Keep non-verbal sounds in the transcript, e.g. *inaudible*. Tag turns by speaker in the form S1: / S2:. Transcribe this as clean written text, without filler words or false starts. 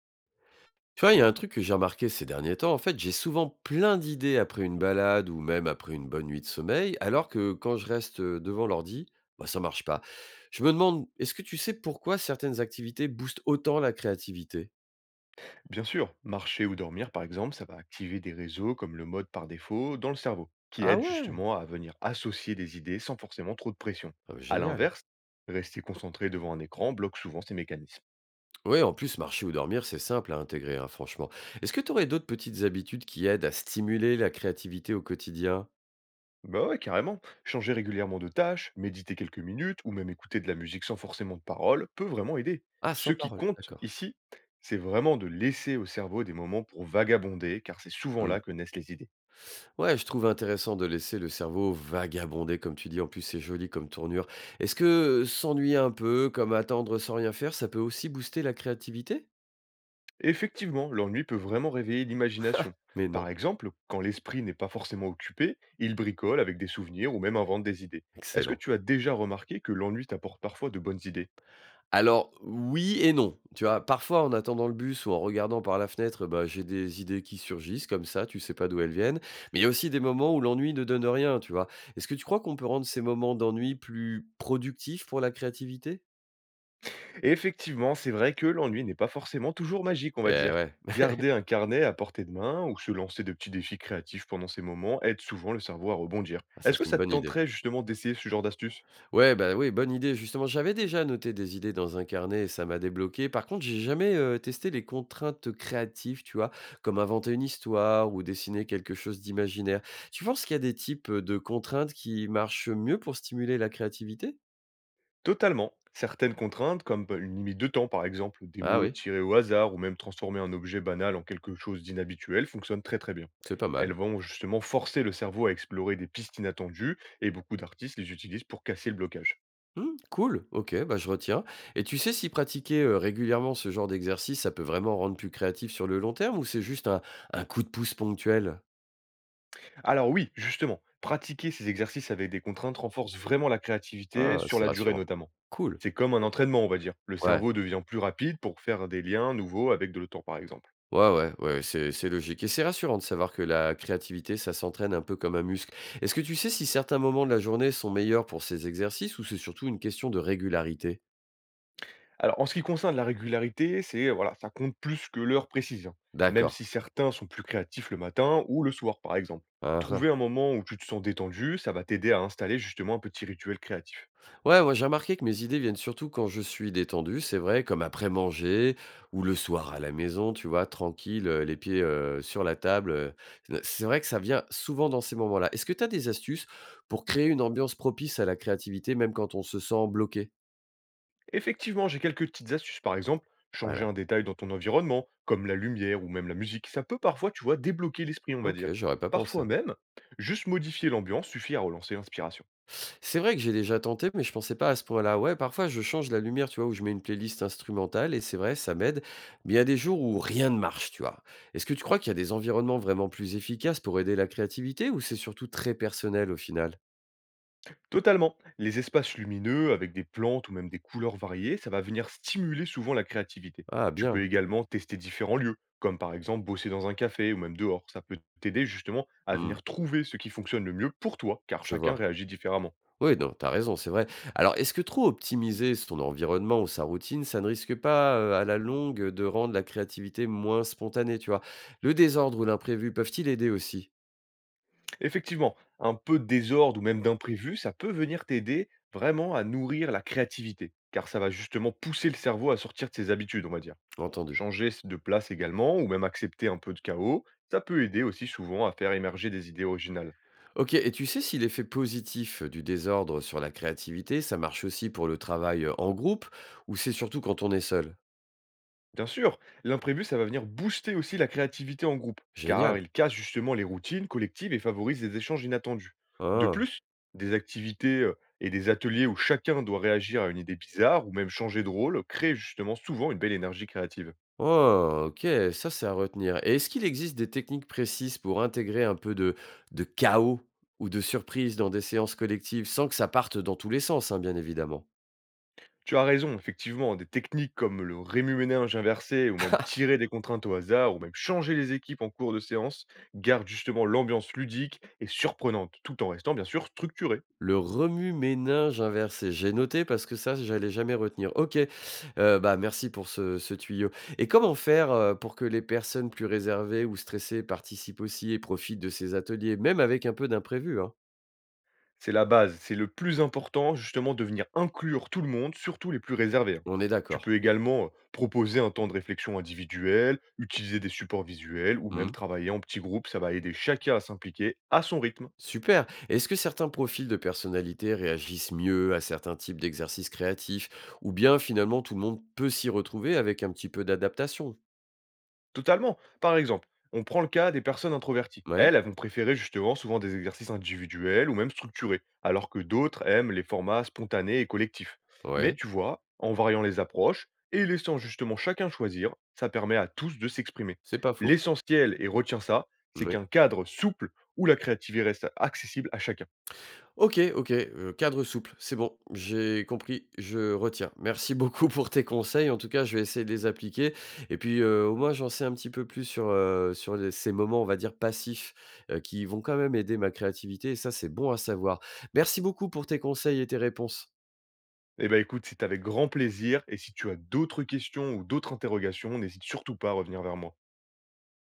S1: Tu vois, il y a un truc que j'ai remarqué ces derniers temps, en fait, j'ai souvent plein d'idées après une balade ou même après une bonne nuit de sommeil, alors que quand je reste devant l'ordi, bah, ça marche pas. Je me demande, est-ce que tu sais pourquoi certaines activités boostent autant la créativité.
S2: Bien sûr, marcher ou dormir par exemple, ça va activer des réseaux comme le mode par défaut dans le cerveau, qui
S1: Ah
S2: aide
S1: ouais.
S2: justement à venir associer des idées sans forcément trop de pression.
S1: Ah bah,
S2: À
S1: génial.
S2: l'inverse, rester concentré devant un écran bloque souvent ces mécanismes.
S1: Oui, en plus, marcher ou dormir, c'est simple à intégrer, hein, franchement. Est-ce que tu aurais d'autres petites habitudes qui aident à stimuler la créativité au quotidien?
S2: Bah ouais, carrément. Changer régulièrement de tâche, méditer quelques minutes ou même écouter de la musique sans forcément de paroles peut vraiment aider.
S1: Ah,
S2: Ce
S1: sans
S2: qui
S1: parole,
S2: compte
S1: d'accord.
S2: ici, c'est vraiment de laisser au cerveau des moments pour vagabonder, car c'est souvent
S1: Mmh.
S2: là que naissent les idées.
S1: Ouais, je trouve intéressant de laisser le cerveau vagabonder, comme tu dis. En plus, c'est joli comme tournure. Est-ce que s'ennuyer un peu, comme attendre sans rien faire, ça peut aussi booster la créativité?
S2: Effectivement, l'ennui peut vraiment réveiller l'imagination.
S1: Mais
S2: Par
S1: non.
S2: exemple, quand l'esprit n'est pas forcément occupé, il bricole avec des souvenirs ou même invente des idées. Est-ce que
S1: Excellent.
S2: tu as déjà remarqué que l'ennui t'apporte parfois de bonnes idées?
S1: Alors, oui et non. Tu vois, parfois, en attendant le bus ou en regardant par la fenêtre, bah, j'ai des idées qui surgissent comme ça, tu sais pas d'où elles viennent. Mais il y a aussi des moments où l'ennui ne donne rien, tu vois. Est-ce que tu crois qu'on peut rendre ces moments d'ennui plus productifs pour la créativité?
S2: Et effectivement, c'est vrai que l'ennui n'est pas forcément toujours magique, on va
S1: Eh
S2: dire.
S1: ouais.
S2: Garder un carnet à portée de main ou se lancer de petits défis créatifs pendant ces moments aide souvent le cerveau à rebondir.
S1: Ah, ça
S2: Est-ce que
S1: c'est une
S2: ça te
S1: bonne idée.
S2: tenterait justement d'essayer ce genre d'astuce?
S1: Ouais, bah, oui, bonne idée. Justement, j'avais déjà noté des idées dans un carnet et ça m'a débloqué. Par contre, j'ai jamais testé les contraintes créatives, tu vois, comme inventer une histoire ou dessiner quelque chose d'imaginaire. Tu penses qu'il y a des types de contraintes qui marchent mieux pour stimuler la créativité?
S2: Totalement. Certaines contraintes, comme bah, une limite de temps par exemple, des
S1: Ah
S2: mots
S1: oui,
S2: tirés au hasard ou même transformer un objet banal en quelque chose d'inhabituel, fonctionnent très très bien.
S1: c'est pas mal.
S2: Elles vont justement forcer le cerveau à explorer des pistes inattendues et beaucoup d'artistes les utilisent pour casser le blocage.
S1: Hmm, cool, ok, bah je retiens. Et tu sais si pratiquer régulièrement ce genre d'exercice, ça peut vraiment rendre plus créatif sur le long terme ou c'est juste un coup de pouce ponctuel?
S2: Alors oui, justement, pratiquer ces exercices avec des contraintes renforce vraiment la créativité
S1: Ah,
S2: sur
S1: c'est
S2: la durée
S1: rassurant.
S2: notamment.
S1: Cool.
S2: C'est comme un entraînement, on va dire. Le
S1: Ouais.
S2: cerveau devient plus rapide pour faire des liens nouveaux avec de l'autant par exemple.
S1: Ouais, ouais, ouais, c'est logique et c'est rassurant de savoir que la créativité, ça s'entraîne un peu comme un muscle. Est-ce que tu sais si certains moments de la journée sont meilleurs pour ces exercices ou c'est surtout une question de régularité?
S2: Alors, en ce qui concerne la régularité, c'est voilà, ça compte plus que l'heure précise, hein, même
S1: D'accord.
S2: si certains sont plus créatifs le matin ou le soir, par exemple.
S1: Hein, hein.
S2: Trouver un moment où tu te sens détendu, ça va t'aider à installer justement un petit rituel créatif.
S1: Ouais, moi j'ai remarqué que mes idées viennent surtout quand je suis détendu, c'est vrai, comme après manger ou le soir à la maison, tu vois, tranquille, les pieds sur la table. C'est vrai que ça vient souvent dans ces moments-là. Est-ce que tu as des astuces pour créer une ambiance propice à la créativité, même quand on se sent bloqué?
S2: Effectivement, j'ai quelques petites astuces, par exemple, changer un
S1: Alors,
S2: détail dans ton environnement, comme la lumière ou même la musique, ça peut parfois, tu vois, débloquer l'esprit, on va dire.
S1: ok, j'aurais pas
S2: Parfois
S1: pensé.
S2: même, juste modifier l'ambiance suffit à relancer l'inspiration.
S1: C'est vrai que j'ai déjà tenté, mais je pensais pas à ce point-là. Ouais, parfois je change la lumière, tu vois, ou je mets une playlist instrumentale, et c'est vrai, ça m'aide. Mais il y a des jours où rien ne marche, tu vois. Est-ce que tu crois qu'il y a des environnements vraiment plus efficaces pour aider la créativité, ou c'est surtout très personnel au final?
S2: Totalement. Les espaces lumineux avec des plantes ou même des couleurs variées, ça va venir stimuler souvent la créativité.
S1: Ah,
S2: Tu peux
S1: bien.
S2: également tester différents lieux, comme par exemple bosser dans un café ou même dehors. Ça peut t'aider justement à
S1: Hmm,
S2: venir trouver ce qui fonctionne le mieux pour toi, car
S1: je
S2: chacun
S1: vois.
S2: réagit différemment.
S1: Oui, non, t'as raison, c'est vrai. Alors, est-ce que trop optimiser son environnement ou sa routine, ça ne risque pas, à la longue, de rendre la créativité moins spontanée, tu vois? Le désordre ou l'imprévu peuvent-ils aider aussi?
S2: Effectivement, un peu de désordre ou même d'imprévu, ça peut venir t'aider vraiment à nourrir la créativité, car ça va justement pousser le cerveau à sortir de ses habitudes, on va dire.
S1: Entendu.
S2: Changer de place également ou même accepter un peu de chaos, ça peut aider aussi souvent à faire émerger des idées originales.
S1: Ok, et tu sais si l'effet positif du désordre sur la créativité, ça marche aussi pour le travail en groupe ou c'est surtout quand on est seul?
S2: Bien sûr, l'imprévu, ça va venir booster aussi la créativité en groupe, car
S1: Génial.
S2: il casse justement les routines collectives et favorise des échanges inattendus. De
S1: Ah,
S2: plus, des activités et des ateliers où chacun doit réagir à une idée bizarre ou même changer de rôle créent justement souvent une belle énergie créative.
S1: ah, ok, ça c'est à retenir. Et est-ce qu'il existe des techniques précises pour intégrer un peu de chaos ou de surprise dans des séances collectives sans que ça parte dans tous les sens, hein, bien évidemment?
S2: Tu as raison, effectivement, des techniques comme le rémuménage inversé ou même tirer des contraintes au hasard ou même changer les équipes en cours de séance gardent justement l'ambiance ludique et surprenante tout en restant bien sûr structuré.
S1: Le remue-ménage inversé. J'ai noté parce que ça, j'allais jamais retenir. OK, bah, merci pour ce tuyau et comment faire, pour que les personnes plus réservées ou stressées participent aussi et profitent de ces ateliers, même avec un peu d'imprévu, hein?
S2: C'est la base, c'est le plus important justement de venir inclure tout le monde, surtout les plus réservés, hein.
S1: On est
S2: Tu peux
S1: d'accord.
S2: également proposer un temps de réflexion individuel, utiliser des supports visuels ou même
S1: Mmh.
S2: travailler en petits groupes, ça va aider chacun à s'impliquer à son rythme.
S1: Super. Est-ce que certains profils de personnalité réagissent mieux à certains types d'exercices créatifs ou bien finalement tout le monde peut s'y retrouver avec un petit peu d'adaptation?
S2: Totalement. Par exemple, on prend le cas des personnes introverties.
S1: Ouais,
S2: Elles, elles vont préférer justement souvent des exercices individuels ou même structurés, alors que d'autres aiment les formats spontanés et collectifs. Mais
S1: ouais,
S2: tu vois, en variant les approches et laissant justement chacun choisir, ça permet à tous de s'exprimer.
S1: c'est pas faux.
S2: L'essentiel, et retiens ça, c'est
S1: Moui.
S2: qu'un cadre souple où la créativité reste accessible à chacun.
S1: OK, OK, cadre souple, c'est bon, j'ai compris, je retiens. Merci *laughs* beaucoup pour tes conseils, en tout cas, je vais essayer de les appliquer et puis, au moins, j'en sais un petit peu plus sur, sur les ces moments, on va dire, passifs, qui vont quand même aider ma créativité et ça, c'est bon à savoir. Merci beaucoup pour tes conseils et tes réponses.
S2: Eh ben écoute, c'est avec grand plaisir et si tu as d'autres questions ou d'autres interrogations, n'hésite surtout pas à revenir vers moi.